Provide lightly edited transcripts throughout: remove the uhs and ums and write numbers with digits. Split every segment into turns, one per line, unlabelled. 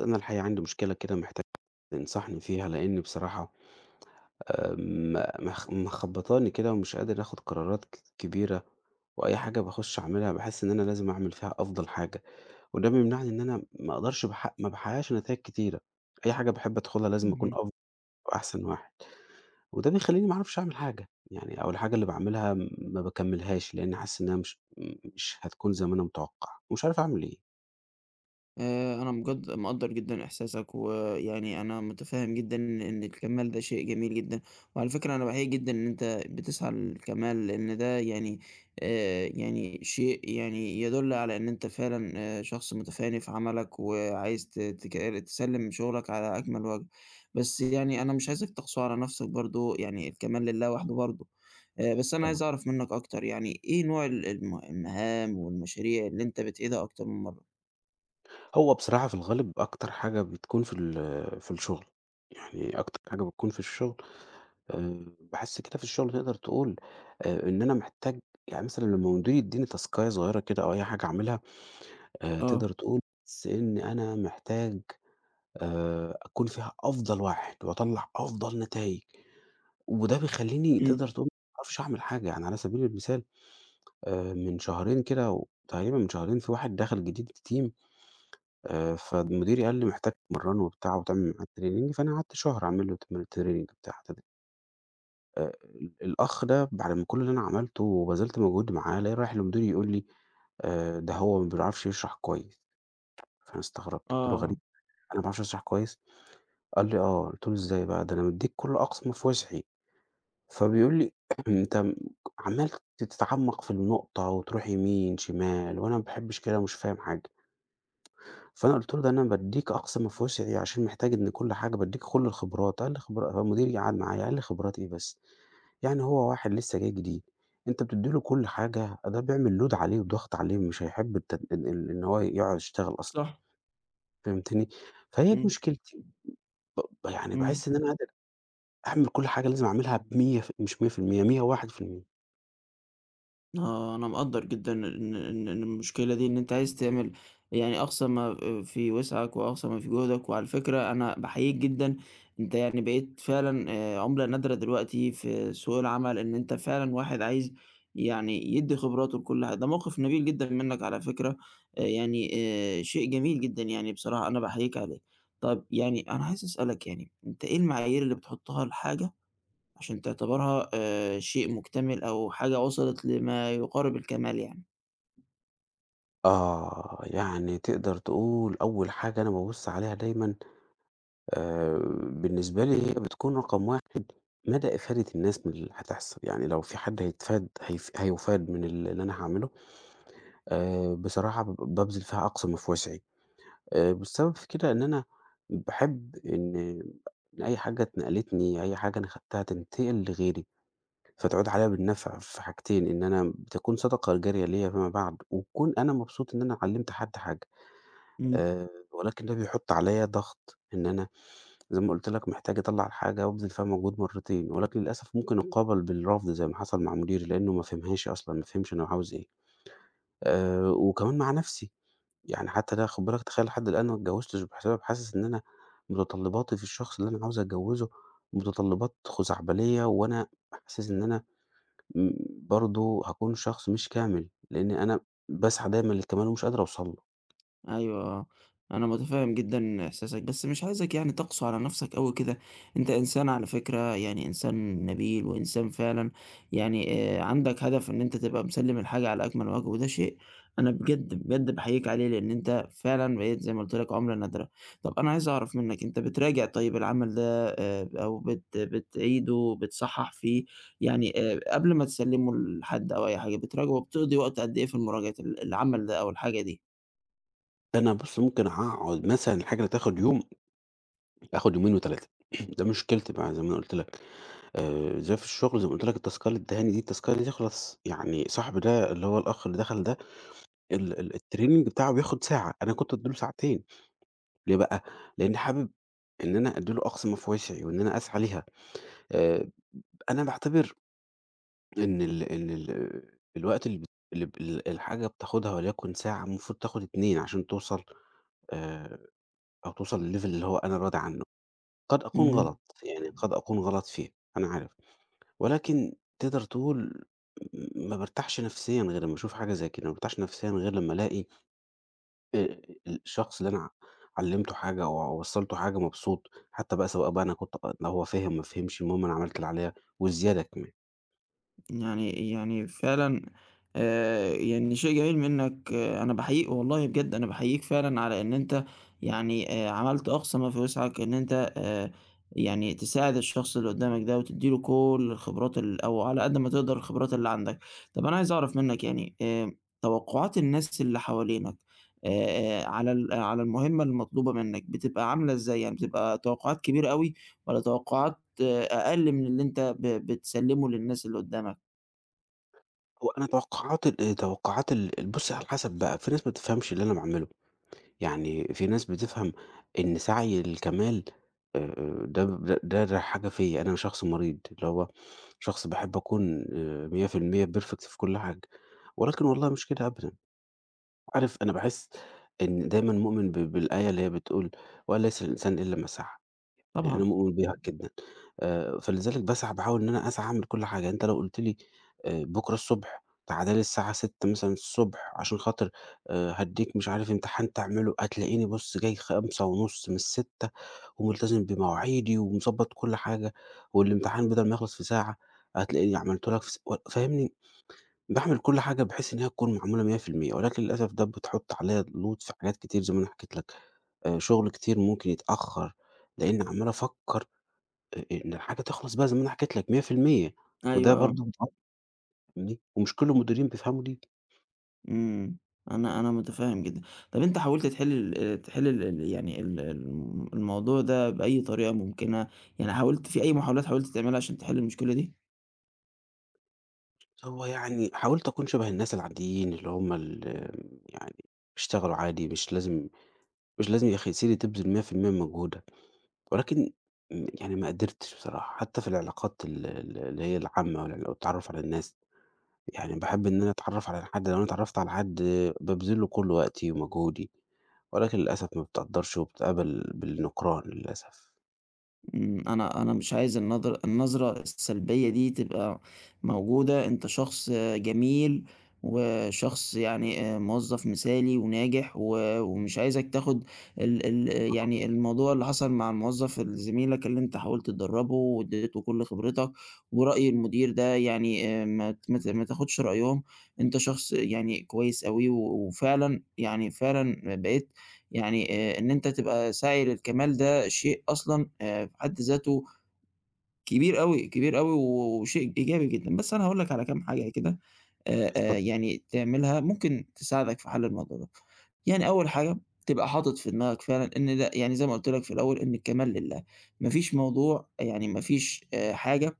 أنا الحقيقة عندي مشكلة كده محتاج تنصحني فيها، لإن بصراحة آه، م مخ مخبطاني كده ومش قادر آخد قرارات كبيرة، وأي حاجة باخش أعملها باحس إن أنا لازم أعمل فيها أفضل حاجة، وده بيمنعني إن أنا ما أقدرش ما باحققش نتايج كتيرة، أي حاجة باحب أدخلها لازم أكون
اهم.
أفضل وأحسن واحد، وده بيخلّيني ما أعرفش أعمل حاجة، يعني أو الحاجة اللي باعملها ما باكملّهاش، لإن حاسس إنها مش هتكون زي ما أنا متوقع، ومش عارف أعمل إيه.
أنا بجد مقدّر جدًا إحساسك، ويعني أنا متفهّم جدًا إن الكمال ده شيء جميل جدًا، وعلى فكرة أنا باحييك جدًا إن أنت بتسعى للكمال، لإن ده يعني شيء يعني يدُل على إن أنت فعلًا شخص متفاني في عملك، وعايز ت تك تسلّم شغلك على أكمل وجه. بس يعني أنا مش عايزك تقسو على نفسك برضه، يعني الكمال لله وحده برضه. بس أنا عايز أعرف منّك أكتر، يعني إيه نوع ال الم المهام والمشاريع اللي أنت بتعيدها أكتر من مرّة؟
هو بصراحة في الغالب أكتر حاجة بتكون في الشغل، يعني أكتر حاجة بتكون في الشغل، باحس كده في الشغل تقدر تقول، إن أنا محتاج، يعني مثلًا لمّا مديري يدّيني تاسكاية صغيرة كده أو أي حاجة أعملها،
آه.
تقدر تقول باحس إن أنا محتاج، أكون فيها أفضل واحد وأطلّع أفضل نتايج، وده بيخلّيني
إمم.
تقدر تقول ما باعرفش أعمل حاجة، يعني على سبيل المثال، من شهرين كده و تقريبًا من شهرين في واحد دخل جديد الteam، فمديري قال لي: "محتاج تتمرّنه وبتاع وتعمل معاه training"، فأنا قعدت شهر أعمل له training بتاع. آآ الأخ ده بعد ما كل اللي أنا عملته وبذلت مجهود معاه، ألاقيه رايح لمديري يقول لي: ده هو ما بيعرفش يشرح كويس." فأنا استغربت، قُلت له:
آه.
"غريب، أنا ما باعرفش أشرح كويس؟" قال لي: "آه." قُلت له: "إزاي بقى؟ ده أنا مدّيك كل أقصى ما في وسعي." فبيقول لي: "أنت عمّال تتعمّق في النقطة وتروح يمين، شمال وأنا ما باحبش كده ومش فاهم حاجة." فأنا قُلت له: "ده أنا بادّيك أقصى ما فيهوش عشان محتاج إن كل حاجة بادّيك كل الخبرات." قال لي: "خبرا" فمديري قعد معايا قال لي: "خبرات إيه بس؟ يعني هو واحد لسّه جاي جديد، أنت بتدّي له كل حاجة، ده بيعمل load عليه وضغط عليه مش هيحب إن هو يقعد يشتغل أصلًا."
صح.
فهمتني؟ فهي دي
إمم.
مشكلتي، يعني
إمم.
باحس إن أنا قادر أعمل كل حاجة لازم أعملها ب100 ف مش 100%، 101%.
آه، أنا مقدّر جدًا إن المشكلة دي إن أنت عايز تعمل يعني أقصى ما في وسعك وأقصى ما في جهدك، وعلى فكرة أنا باحييك جدًا، أنت يعني بقيت فعلًا عُملة نادرة دلوقتي في سوق العمل، إن أنت فعلًا واحد عايز يعني يدّي خبراته لكل حد، ده موقف نبيل جدًا منّك على فكرة. آآ يعني شيء جميل جدًا يعني بصراحة أنا باحييك عليه. طَب يعني أنا عايز أسألك، يعني أنت إيه المعايير اللي بتحطّها لحاجة عشان تعتبرها شيء مُكتمل أو حاجة وصلت لما يقارب الكمال يعني.
آه، يعني تقدر تقول أول حاجة أنا بابُص عليها دايمًا، آآ بالنسبة لي هي بتكون رقم 1، مدى إفادة الناس من اللي هتحصل، يعني لو في حد هيتفاد هيف هيُفاد من ال اللي أنا هاعمله، بصراحة بابذل فيها أقصى ما في وسعي. والسبب في كده إن أنا باحب إن أي حاجة اتنقلتني، أي حاجة أنا خدتها تنتقل لغيري، فتعود عليَّ بالنفع في حاجتين، إن أنا بتكون صدقة جارية ليَّ فيما بعد، وأكون أنا مبسوط إن أنا علمت حد حاجة.
إمم.
آآ ولكن ده بيحط عليَّ ضغط إن أنا زي ما قُلت لك محتاج أطلّع الحاجة وأبذل فيها مجهود مرّتين، ولكن للأسف ممكن أتقابل بالرفض زي ما حصل مع مديري، لإنه ما فهمهاش أصلًا، ما فهمش أنا عاوز إيه. وكمان مع نَفْسي، يعني حتى ده خُد بالك تخيّل لحد الآن ما اتجوّزتش بسبب حاسس إن أنا متطلّباتي في الشخص اللي أنا عاوز أتجوّزه متطلّبات خزعبلية، وأنا حاسس إن أنا م برضه هاكون شخص مش كامل، لإن أنا باسعى دايمًا للكمال ومش قادر أوصل له.
أيوه، آه، أنا متفهم جدًا إحساسك، بس مش عايزك يعني تقسو على نفسك أوي كده، أنت إنسان على فكرة، يعني إنسان نبيل وإنسان فعلًا يعني عندك هدف إن أنت تبقى مسلِّم الحاجة على أكمل وجه، وده شيء أنا بجد، بجد باحييك عليه لإن أنت فعلًا بقيت زي ما قُلت لك عُملة نادرة. طَب أنا عايز أعرف منك أنت بتراجع طيب العمل ده أو بتعيده، بتصحّح فيه، يعني قبل ما تسلِّمه لحد أو أي حاجة، بتراجعه وبتقضي وقت قد إيه في مراجعة العمل ده أو الحاجة دي؟
ده أنا بُص ممكن أقعُد مثلًا الحاجة اللي تاخُد يوم، آخُد يومين و3 ده مشكلتي بقى زي ما أنا قُلت لك. زي في الشغل زي ما قُلت لك التذكرة دي تخلص، يعني صاحبي ده اللي هو الأخ اللي دخل ده ال ال الtraining بتاعه بياخد ساعة، أنا كنت ادّي له ساعتين. ليه بقى؟ لإني حابب إن أنا أدّي له أقصى ما في وسعي وإن أنا أسعى ليها. آآ أنا باعتبر إن ال إن ال الوقت اللي بت اللي ب ال الحاجة بتاخدها، وليكن ساعة المفروض تاخد 2 عشان توصل، آآ أو توصل للlevel اللي هو أنا راضي عنه. قد أكون
اهم.
غلط، يعني قد أكون غلط فيه، أنا عارف. ولكن تقدر تقول ما بارتاحش نفسيًا غير لمّا أشوف حاجة زي كده، ما بارتاحش نفسيًا غير لمّا ألاقي آآ الشخص اللي أنا علّمته حاجة أو وصّلته حاجة مبسوط، حتى بقى سواء بقى أنا كنت لو هو فِهم ما فهمش، المهم أنا عملت اللي عليَّ والزيادة كمان.
يعني فعلًا، يعني شيء جميل منّك، آه، أنا باحييك والله بجد أنا باحييك فعلًا على إن أنت يعني عملت أقصى ما في وسعك إن أنت يعني تساعد الشخص اللي قدّامك ده وتدّي له كل الخبرات أو على قد ما تقدر الخبرات اللي عندك. طَب أنا عايز أعرف منّك يعني توقعات الناس اللي حوالينك على ال على المهمة المطلوبة منّك بتبقى عاملة إزاي؟ يعني بتبقى توقعات كبيرة أوي والّا توقعات، آه، أقل من اللي أنت بتسلّمه للناس اللي قدّامك؟
وأنا توقعاتي ال توقعات ال بُص على حسب بقى، في ناس ما بتفهمش اللي أنا باعمله. يعني في ناس بتفهم إن سعي الكمال ده حاجة فيّا، أنا شخص مريض، اللي هو شخص باحب أكون 100% perfect في كل حاجة، ولكن والله مش كده أبدًا. عارف أنا باحس إن دايمًا مؤمن بالآية اللي هي بتقول: "وَلَيْسَ الإنسان إلا ما سعى." يعني أنا
طبعًا.
مؤمن بيها جدًا. فلذلك باحاول إن أنا أسعى أعمل كل حاجة، أنت لو قُلت لي بُكرة الصبح تعالَ لي الساعة 06:00 مثلًا الصبح، عشان خاطر هادّيك مش عارف امتحان تعمله، هتلاقيني بُص جاي 05:30 من 06:00 وملتزم بمواعيدي ومضبّط كل حاجة، والامتحان بدل ما يخلص في ساعة هتلاقيني عملته لك في س و فاهمني؟ باعمل كل حاجة بحيث إن هي تكون معمولة 100%، ولكن للأسف ده بتحُط عليّا load في حاجات كتير زي ما أنا حكيت لك. شغل كتير ممكن يتأخّر لإني عمّال أفكّر الحاجة تخلص بقى زي ما أنا حكيت لك 100%،
أيوه،
وده
آه.
برضه متعب فاهمني، ومش كل المديرين بيفهموا دي.
إمم. أنا متفهّم جدًا. طَب أنت حاولت تحل ال تحل ال ال يعني ال الم الموضوع ده بأي طريقة ممكنة، يعني حاولت في أي محاولات حاولت تعملها عشان تحل المشكلة دي؟
هو يعني حاولت أكون شبه الناس العاديين اللي هم يعني بيشتغلوا عادي، مش لازم يا أخي سيري تبذل 100% من مجهودك. ولكن يعني ما قدرتش بصراحة، حتى في العلاقات ال ال اللي هي العامة والتعرُّف على الناس، يعني باحب إن أنا أتعرّف على حد، لو أنا اتعرّفت على حد بابذل له كل وقتي ومجهودي، ولكن للأسف ما بتقدّرش وبتقابل بالنكران للأسف.
إمم. أنا مش عايز النظرة السلبية دي تبقى موجودة، أنت شخص، آه، جميل وشخص يعني موظف مثالي وناجح و ومش عايزك تاخد ال ال يعني الموضوع اللي حصل مع الموظف زميلك اللي أنت حاولت تدرّبه وادّيته كل خبرتك، ورأي المدير ده يعني ما تاخدش رأيهم، أنت شخص يعني كويس أوي و وفعلًا يعني فعلًا بقيت يعني إن أنت تبقى ساعي للكمال ده شيء أصلًا في حد ذاته كبير أوي، كبير أوي وشيء إيجابي جدًا، بس أنا هاقول لك على كام حاجة كده
اتفضل.
يعني تعملها ممكن تساعدك في حل الموضوع ده. يعني أول حاجة تبقى حاطط في دماغك فعلًا إن ده يعني زي ما قُلت لك في الأول إن الكمال لله، ما فيش موضوع يعني ما فيش حاجة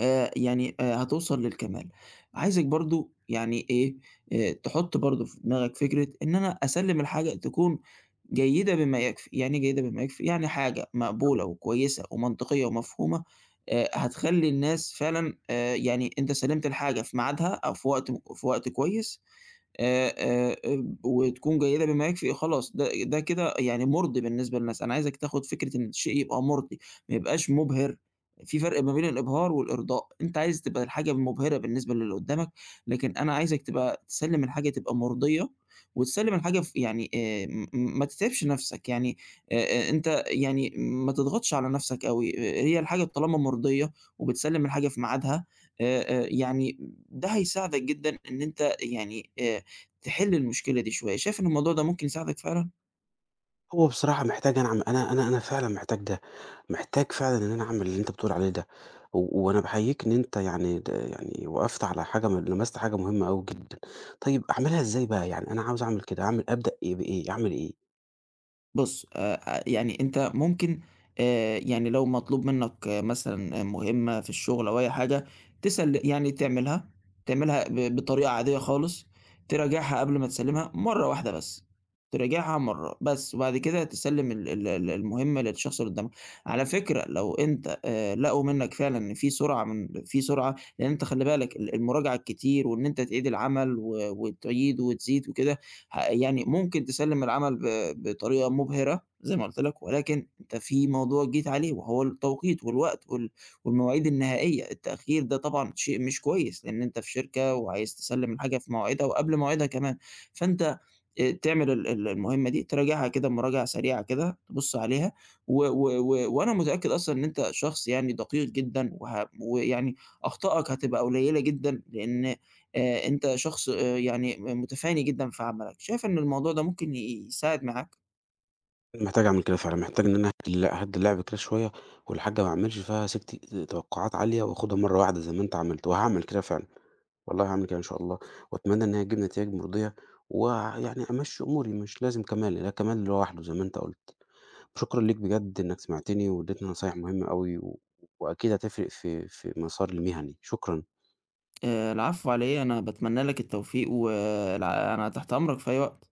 هتوصل للكمال. عايزِك برضه يعني إيه، تحُط برضه في دماغك فكرة إن أنا أسلِّم الحاجة تكون جيدة بما يكفي، يعني إيه جيدة بما يكفي؟ يعني حاجة مقبولة وكويسة ومنطقية ومفهومة، هتخلّي الناس فعلًا، يعني أنت سلِّمت الحاجة في ميعادها أو في وقت م في وقت كويس، وتكون جيدة بما يكفي خلاص، ده كده يعني مُرضي بالنسبة للناس، أنا عايزك تاخد فكرة إن الشيء يبقى مُرضي، ما يبقاش مُبهِر، في فرق ما بين الإبهار والإرضاء، أنت عايز تبقى الحاجة مُبهِرة بالنسبة للي قُدّامك، لكن أنا عايزك تبقى تسلِّم الحاجة تبقى مرضية، وتسلِّم الحاجة ف يعني م ما تتعبش نَفْسك، يعني أنت يعني ما تضغطش على نَفْسك أوي، هي الحاجة طالما مرضية وبتسلِّم الحاجة في ميعادها، يعني ده هيساعدك جدًا إن أنت يعني تحل المشكلة دي شوية، شايف إن الموضوع ده ممكن يساعدك فعلًا؟
هو بصراحة محتاج أنا فعلًا محتاج ده، محتاج فعلًا إن أنا أعمل اللي أنت بتقول عليه ده، وأنا باحييك إن أنت يعني يعني وقفت على حاجة لمست حاجة مهمة أوي جدًا. طيب أعملها إزاي بقى؟ يعني أنا عاوز أعمل كده، أبدأ إيه بإيه؟ أعمل إيه؟
بُص، يعني أنت ممكن، يعني لو مطلوب منك، آه، مثلًا، آه، مهمة في الشغل أو أي حاجة يعني تعملها، تعملها بطريقة عادية خالص، تراجعها قبل ما تسلِّمها مرّة واحدة بس، تراجعها مرّة بس، وبعد كده تسلِّم ال ال ال المهمة للشخص اللي قدّامك. على فكرة لو أنت، لقوا منك فعلًا إن في سرعة من في سرعة، لأن أنت خلّي بالك المراجعة الكتير وإن أنت تعيد العمل وتعيد وتزيد وكده يعني ممكن تسلّم العمل بطريقة مبهرة زي ما قُلت لك، ولكن أنت في موضوع جيت عليه وهو التوقيت والوقت والمواعيد النهائية، التأخير ده طبعًا شيء مش كويس، لإن أنت في شركة وعايز تسلّم الحاجة في مواعيدها وقبل مواعيدها كمان، فأنت تعمل ال ال المهمة دي، تراجعها كده مراجعة سريعة كده، تبُص عليها و و و وأنا متأكد أصلًا إن أنت شخص يعني دقيق جدًا ويعني أخطائك هتبقى قليلة جدًا، لإن أنت شخص، يعني م متفاني جدًا في عملك، شايف إن الموضوع ده ممكن يساعد معاك؟
محتاج أعمل كده فعلًا، محتاج إن أنا أهدّي أهدّي اللعب كده شوية، والحاجة ما أعملش فيها سِكت توقعات عالية وآخدها مرة واحدة زي ما أنت عملت، وهاعمل كده فعلًا، والله هاعمل كده إن شاء الله، وأتمنى إن هي تجيب نتايج مرضية، ويعني أمشّي أموري مش لازم كمال، لا كمال لوحده زي ما أنت قُلت. شكرًا ليك بجد إنك سمعتني وادّيتني نصايح مهمة أوي وأكيد هتفرق في مساري المهني، شكرًا.
العفو على إيه، أنا باتمنى لك التوفيق. أنا تحت أمرك في أي وقت.